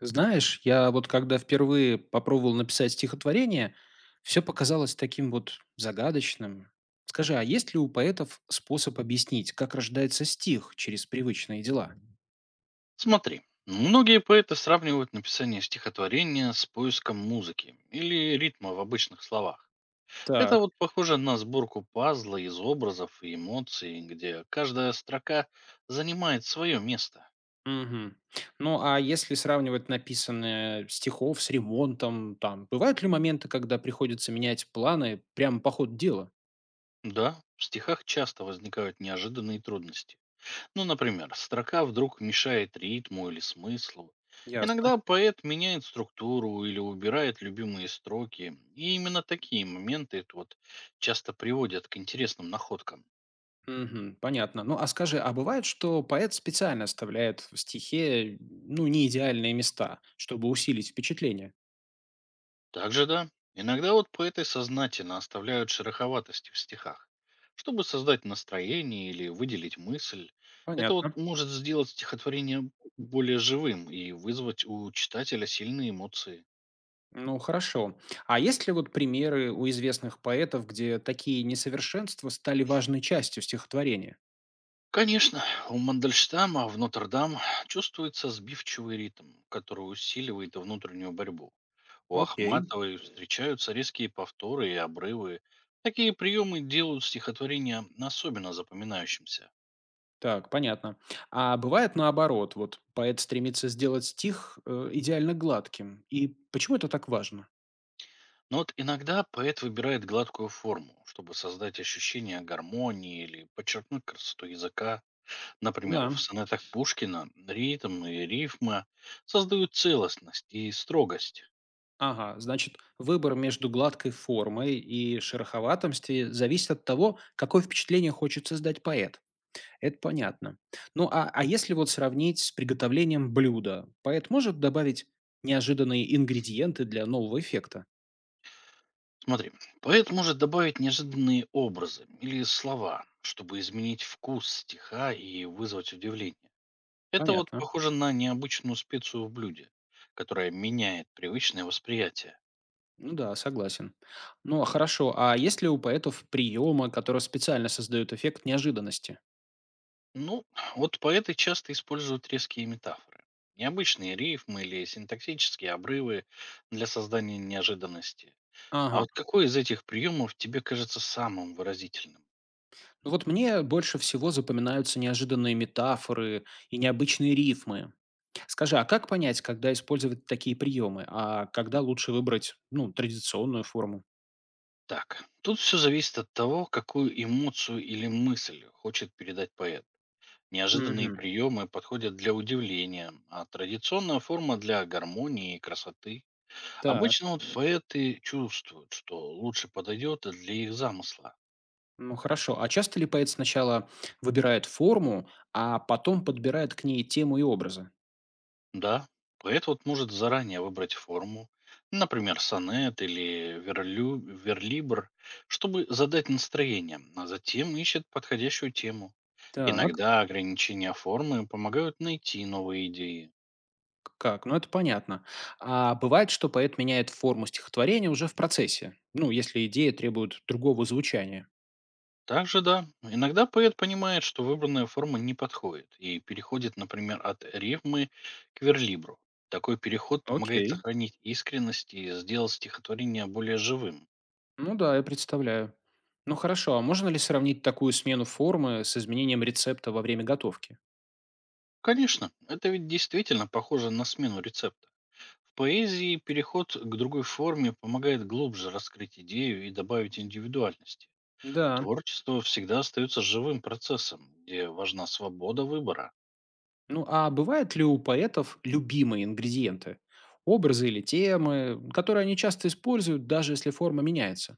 Знаешь, я вот когда впервые попробовал написать стихотворение, все показалось таким вот загадочным. Скажи, а есть ли у поэтов способ объяснить, как рождается стих через привычные дела? Смотри, многие поэты сравнивают написание стихотворения с поиском музыки или ритма в обычных словах. Это Так. вот похоже на сборку пазла из образов и эмоций, где каждая строка занимает свое место. Мгм. Ну, а если сравнивать написанное стихов с ремонтом, там, бывают ли моменты, когда приходится менять планы прямо по ходу дела? Да, в стихах часто возникают неожиданные трудности. Ну, например, строка вдруг мешает ритму или смыслу. Ясно. Иногда поэт меняет структуру или убирает любимые строки, и именно такие моменты вот часто приводят к интересным находкам. Мгм. Понятно. Ну, а скажи, а бывает, что поэт специально оставляет в стихе, ну, не идеальные места, чтобы усилить впечатление? Также да, иногда вот поэты сознательно оставляют шероховатости в стихах, чтобы создать настроение или выделить мысль. Это вот Понятно. может сделать стихотворение более живым и вызвать у читателя сильные эмоции. Ну, хорошо. А есть ли вот примеры у известных поэтов, где такие несовершенства стали важной частью стихотворения? Конечно, у Мандельштама в Нотр-Дам чувствуется сбивчивый ритм, который усиливает внутреннюю борьбу. У Окей. Ахматовой встречаются резкие повторы и обрывы. Такие приемы делают стихотворение особенно запоминающимся. Так, понятно. А бывает наоборот, вот поэт стремится сделать стих идеально гладким. И почему это так важно? Но вот иногда поэт выбирает гладкую форму, чтобы создать ощущение гармонии или подчеркнуть красоту языка. Например, в Да. сонетах Пушкина ритм и рифма создают целостность и строгость. Ага, значит, выбор между гладкой формой и шероховатостью зависит от того, какое впечатление хочет создать поэт. Это понятно. Ну, а если вот сравнить с приготовлением блюда, поэт может добавить неожиданные ингредиенты для нового эффекта? Смотри, поэт может добавить неожиданные образы или слова, чтобы изменить вкус стиха и вызвать удивление. Это вот Понятно. похоже на необычную специю в блюде, которая меняет привычное восприятие. Ну да, согласен. Ну, а хорошо, а есть ли у поэтов приемы, которые специально создают эффект неожиданности? Ну, вот поэты часто используют резкие метафоры. Необычные рифмы или синтаксические обрывы для создания неожиданности. А Ага. вот какой из этих приемов тебе кажется самым выразительным? Ну вот мне больше всего запоминаются неожиданные метафоры и необычные рифмы. Скажи, а как понять, когда использовать такие приемы, а когда лучше выбрать, ну, традиционную форму? Так, тут все зависит от того, какую эмоцию или мысль хочет передать поэт. Неожиданные Мгм. приемы подходят для удивления, а традиционная форма для гармонии и красоты. Так, Обычно вот поэты чувствуют, что лучше подойдет для их замысла. ну хорошо. А часто ли поэт сначала выбирает форму, а потом подбирает к ней тему и образы? Да, поэт вот может заранее выбрать форму, например, сонет или верлибр, чтобы задать настроение, а затем ищет подходящую тему. Так, Иногда ограничения формы помогают найти новые идеи. Как? Ну это понятно. А бывает, что поэт меняет форму стихотворения уже в процессе, ну, если идея требует другого звучания. Также да, иногда поэт понимает, что выбранная форма не подходит и переходит, например, от рифмы к верлибру. Такой переход помогает Окей. сохранить искренность и сделать стихотворение более живым. Ну да, я представляю. Ну хорошо, а можно ли сравнить такую смену формы с изменением рецепта во время готовки? Конечно, это ведь действительно похоже на смену рецепта. В поэзии переход к другой форме помогает глубже раскрыть идею и добавить индивидуальности. Да. Творчество всегда остается живым процессом, где важна свобода выбора. Ну а бывают ли у поэтов любимые ингредиенты? Образы или темы, которые они часто используют, даже если форма меняется?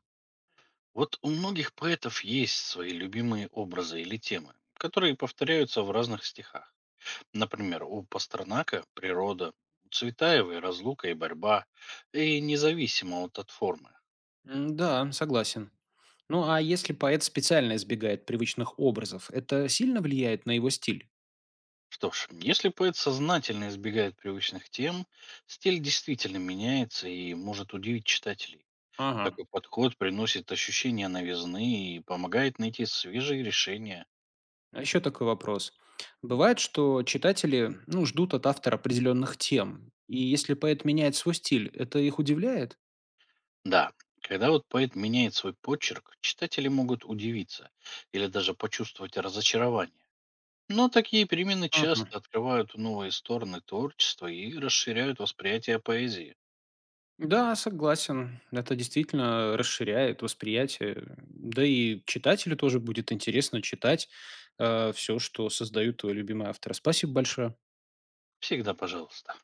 Вот у многих поэтов есть свои любимые образы или темы, которые повторяются в разных стихах. Например, у Пастернака– природа, у Цветаевой– разлука и борьба, и независимо от формы. М, да, согласен. Ну а если поэт специально избегает привычных образов, это сильно влияет на его стиль? Что ж, если поэт сознательно избегает привычных тем, стиль действительно меняется и может удивить читателей. Ага. Такой подход приносит ощущение новизны и помогает найти свежие решения. А еще такой вопрос. Бывает, что читатели, ну, ждут от автора определенных тем, и если поэт меняет свой стиль, это их удивляет? Да, когда вот поэт меняет свой почерк, читатели могут удивиться или даже почувствовать разочарование. Но такие перемены Мгм. часто открывают новые стороны творчества и расширяют восприятие поэзии. Да, согласен. Это действительно расширяет восприятие. Да и читателю тоже будет интересно читать все, что создают твои любимые авторы. Спасибо большое. Всегда пожалуйста.